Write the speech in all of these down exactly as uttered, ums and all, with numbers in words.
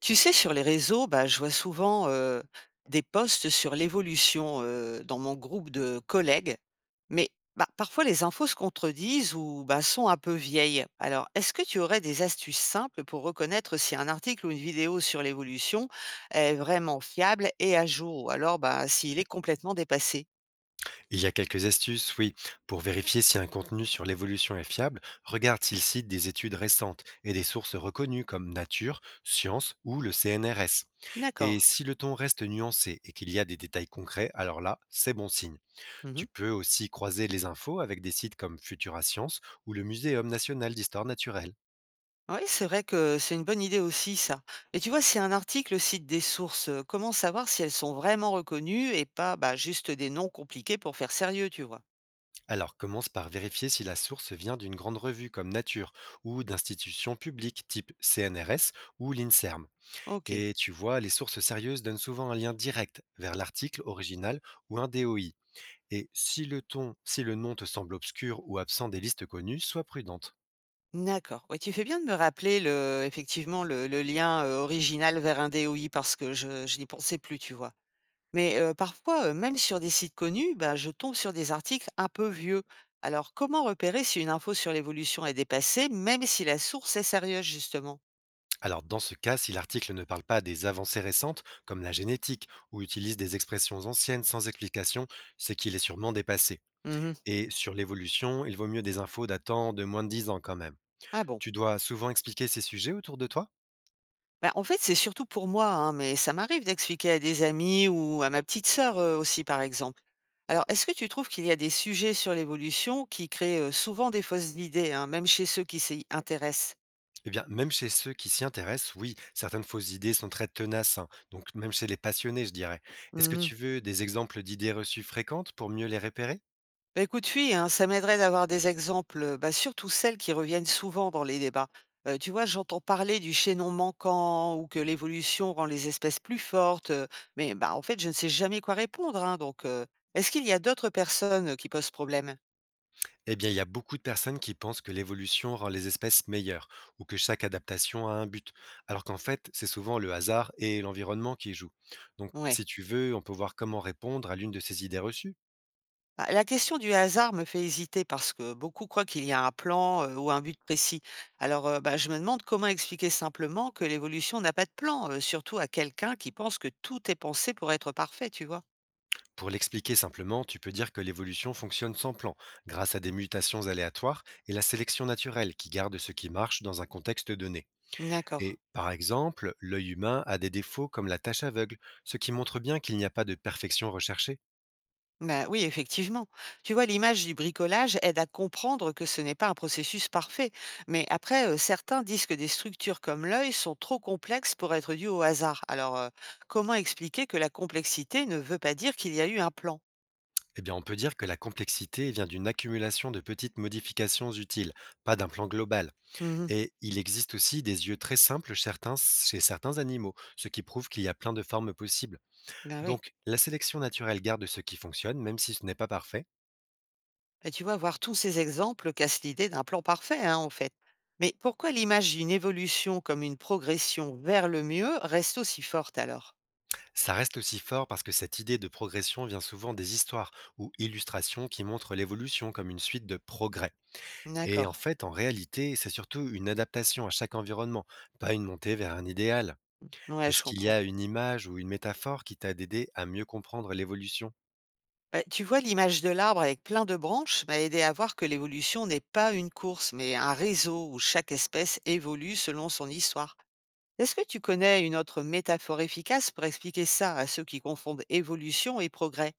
Tu sais, sur les réseaux, bah, je vois souvent euh, des posts sur l'évolution, euh, dans mon groupe de collègues, mais bah, parfois les infos se contredisent ou bah, sont un peu vieilles. Alors, est-ce que tu aurais des astuces simples pour reconnaître si un article ou une vidéo sur l'évolution est vraiment fiable et à jour, ou alors bah, s'il est complètement dépassé? Il y a quelques astuces, oui. Pour vérifier si un contenu sur l'évolution est fiable, regarde s'il cite des études récentes et des sources reconnues comme Nature, Science ou le C N R S. D'accord. Et si le ton reste nuancé et qu'il y a des détails concrets, alors là, c'est bon signe. Tu peux aussi croiser les infos avec des sites comme Futura Science ou le Muséum national d'histoire naturelle. Oui, c'est vrai que c'est une bonne idée aussi, ça. Et tu vois, si un article cite des sources, euh, comment savoir si elles sont vraiment reconnues et pas bah, juste des noms compliqués pour faire sérieux, tu vois? Alors commence par vérifier si la source vient d'une grande revue comme Nature ou d'institutions publiques type C N R S ou l'INSERM. Ok, Et tu vois, les sources sérieuses donnent souvent un lien direct vers l'article original ou un D O I. Et si le ton, si le nom te semble obscur ou absent des listes connues, sois prudente. d'accord. Ouais, tu fais bien de me rappeler le, effectivement le, le lien euh, original vers un D O I parce que je, je n'y pensais plus, tu vois. Mais euh, parfois, euh, même sur des sites connus, bah, je tombe sur des articles un peu vieux. Alors, comment repérer si une info sur l'évolution est dépassée, même si la source est sérieuse, justement? Alors dans ce cas, si l'article ne parle pas des avancées récentes, comme la génétique, ou utilise des expressions anciennes sans explication, c'est qu'il est sûrement dépassé. Mhm. Et sur l'évolution, il vaut mieux des infos datant de moins de dix ans quand même. Ah bon. Tu dois souvent expliquer ces sujets autour de toi. Bah, en fait, c'est surtout pour moi, hein, mais ça m'arrive d'expliquer à des amis ou à ma petite sœur euh, aussi, par exemple. Alors, est-ce que tu trouves qu'il y a des sujets sur l'évolution qui créent euh, souvent des fausses idées, hein, même chez ceux qui s'y intéressent? Eh bien, même chez ceux qui s'y intéressent, oui, certaines fausses idées sont très tenaces, hein, donc même chez les passionnés, je dirais. Est-ce que Mhm. tu veux des exemples d'idées reçues fréquentes pour mieux les repérer? Bah, écoute, oui, hein, ça m'aiderait d'avoir des exemples, euh, bah, surtout celles qui reviennent souvent dans les débats. Euh, tu vois, j'entends parler du chaînon manquant ou que l'évolution rend les espèces plus fortes, euh, mais bah, en fait, je ne sais jamais quoi répondre, hein, donc, euh, est-ce qu'il y a d'autres personnes qui posent problème? Eh bien, il y a beaucoup de personnes qui pensent que l'évolution rend les espèces meilleures, ou que chaque adaptation a un but, alors qu'en fait, c'est souvent le hasard et l'environnement qui jouent. Donc, Ouais. si tu veux, on peut voir comment répondre à l'une de ces idées reçues. Bah, la question du hasard me fait hésiter parce que beaucoup croient qu'il y a un plan euh, ou un but précis. Alors, euh, bah, je me demande comment expliquer simplement que l'évolution n'a pas de plan, euh, surtout à quelqu'un qui pense que tout est pensé pour être parfait, tu vois. Pour l'expliquer simplement, tu peux dire que l'évolution fonctionne sans plan, grâce à des mutations aléatoires et la sélection naturelle qui garde ce qui marche dans un contexte donné. D'accord. Et par exemple, l'œil humain a des défauts comme la tâche aveugle, ce qui montre bien qu'il n'y a pas de perfection recherchée. Bah oui, effectivement. Tu vois, l'image du bricolage aide à comprendre que ce n'est pas un processus parfait. Mais après, euh, certains disent que des structures comme l'œil sont trop complexes pour être dues au hasard. Alors, euh, comment expliquer que la complexité ne veut pas dire qu'il y a eu un plan? Eh bien, on peut dire que la complexité vient d'une accumulation de petites modifications utiles, pas d'un plan global. Mhm. Et il existe aussi des yeux très simples certains- chez certains animaux, ce qui prouve qu'il y a plein de formes possibles. Ben oui. Donc, la sélection naturelle garde ce qui fonctionne, même si ce n'est pas parfait. Et tu vois, voir tous ces exemples casse l'idée d'un plan parfait, hein, en fait. Mais pourquoi l'image d'une évolution comme une progression vers le mieux reste aussi forte alors? Ça reste aussi fort parce que cette idée de progression vient souvent des histoires ou illustrations qui montrent l'évolution comme une suite de progrès. Et en D'accord. fait, en réalité, c'est surtout une adaptation à chaque environnement, pas une montée vers un idéal. Ouais, je Est-ce qu'il y comprends. a une image ou une métaphore qui t'a aidé à mieux comprendre l'évolution? Bah, tu vois, l'image de l'arbre avec plein de branches m'a aidé à voir que l'évolution n'est pas une course, mais un réseau où chaque espèce évolue selon son histoire. Est-ce que tu connais une autre métaphore efficace pour expliquer ça à ceux qui confondent évolution et progrès?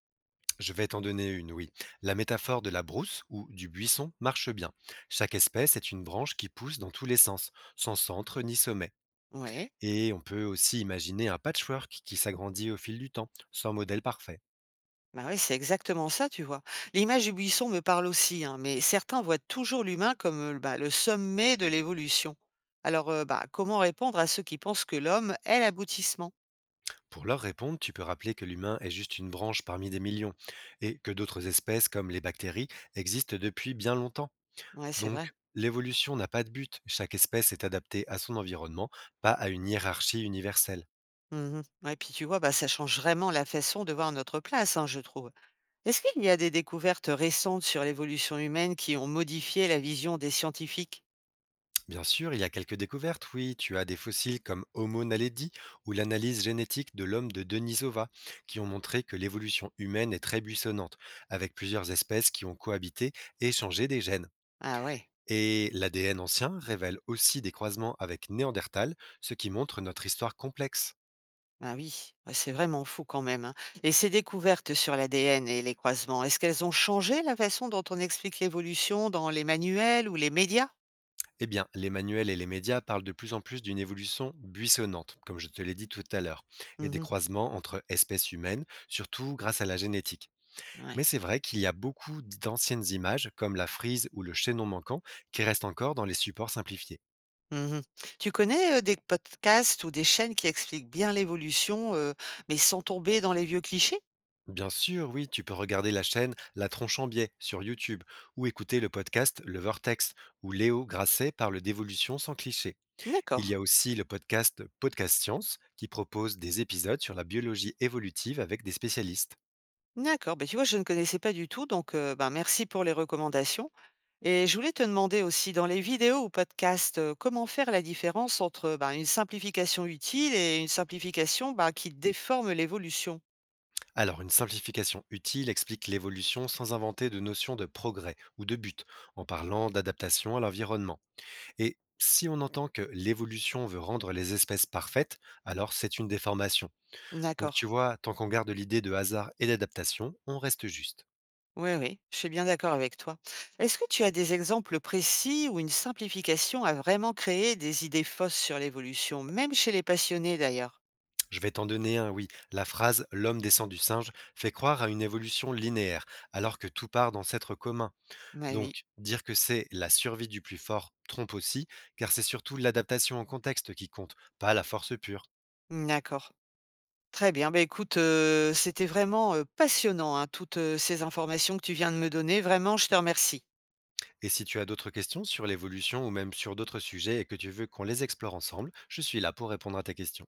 Je vais t'en donner une, oui. La métaphore de la brousse ou du buisson marche bien. Chaque espèce est une branche qui pousse dans tous les sens, sans centre ni sommet. Oui. Et on peut aussi imaginer un patchwork qui s'agrandit au fil du temps, sans modèle parfait. Bah oui, c'est exactement ça, tu vois. L'image du buisson me parle aussi, hein, mais certains voient toujours l'humain comme euh, bah, le sommet de l'évolution. Alors, euh, bah, comment répondre à ceux qui pensent que l'homme est l'aboutissement? Pour leur répondre, tu peux rappeler que l'humain est juste une branche parmi des millions et que d'autres espèces comme les bactéries existent depuis bien longtemps. Ouais, c'est Donc, vrai. l'évolution n'a pas de but, chaque espèce est adaptée à son environnement, pas à une hiérarchie universelle. Mhm. Ouais, puis tu vois, bah, ça change vraiment la façon de voir notre place, hein, je trouve. Est-ce qu'il y a des découvertes récentes sur l'évolution humaine qui ont modifié la vision des scientifiques? Bien sûr, il y a quelques découvertes, oui, tu as des fossiles comme Homo naledi ou l'analyse génétique de l'homme de Denisova qui ont montré que l'évolution humaine est très buissonnante, avec plusieurs espèces qui ont cohabité et changé des gènes. Ah ouais. Et l'A D N ancien révèle aussi des croisements avec Néandertal, ce qui montre notre histoire complexe. Ah oui, ouais, c'est vraiment fou quand même, hein. Et ces découvertes sur l'A D N et les croisements, est-ce qu'elles ont changé la façon dont on explique l'évolution dans les manuels ou les médias? Eh bien, les manuels et les médias parlent de plus en plus d'une évolution buissonnante, comme je te l'ai dit tout à l'heure, et des Mhm. croisements entre espèces humaines, surtout grâce à la génétique. Mais Ouais. c'est vrai qu'il y a beaucoup d'anciennes images, comme la frise ou le chaînon manquant, qui restent encore dans les supports simplifiés. Mhm. Tu connais euh, des podcasts ou des chaînes qui expliquent bien l'évolution, euh, mais sans tomber dans les vieux clichés? Bien sûr, oui, tu peux regarder la chaîne La Tronche en Biais sur YouTube, ou écouter le podcast Le Vortex, où Léo Grasset parle d'évolution sans cliché. D'accord. Il y a aussi le podcast Podcast Science qui propose des épisodes sur la biologie évolutive avec des spécialistes. D'accord. Ben, tu vois, je ne connaissais pas du tout, donc euh, ben, merci pour les recommandations. Et je voulais te demander aussi, dans les vidéos ou podcasts, euh, comment faire la différence entre ben, une simplification utile et une simplification ben, qui déforme l'évolution? Alors, une simplification utile explique l'évolution sans inventer de notion de progrès ou de but, en parlant d'adaptation à l'environnement. Et si on entend que l'évolution veut rendre les espèces parfaites, alors c'est une déformation. Donc tu D'accord. vois, tant qu'on garde l'idée de hasard et d'adaptation, on reste juste. Oui, oui, je suis bien d'accord avec toi. Est-ce que tu as des exemples précis où une simplification a vraiment créé des idées fausses sur l'évolution, même chez les passionnés d'ailleurs? Je vais t'en donner un, oui. La phrase L'homme descend du singe fait croire à une évolution linéaire, alors que tout part d'ancêtres communs. Bah oui, Donc, dire que c'est la survie du plus fort trompe aussi, car c'est surtout l'adaptation au contexte qui compte, pas la force pure. d'accord. Très bien. Bah écoute, euh, c'était vraiment euh, passionnant, hein, toutes euh, ces informations que tu viens de me donner. Vraiment, je te remercie. Et si tu as d'autres questions sur l'évolution ou même sur d'autres sujets et que tu veux qu'on les explore ensemble, je suis là pour répondre à tes questions.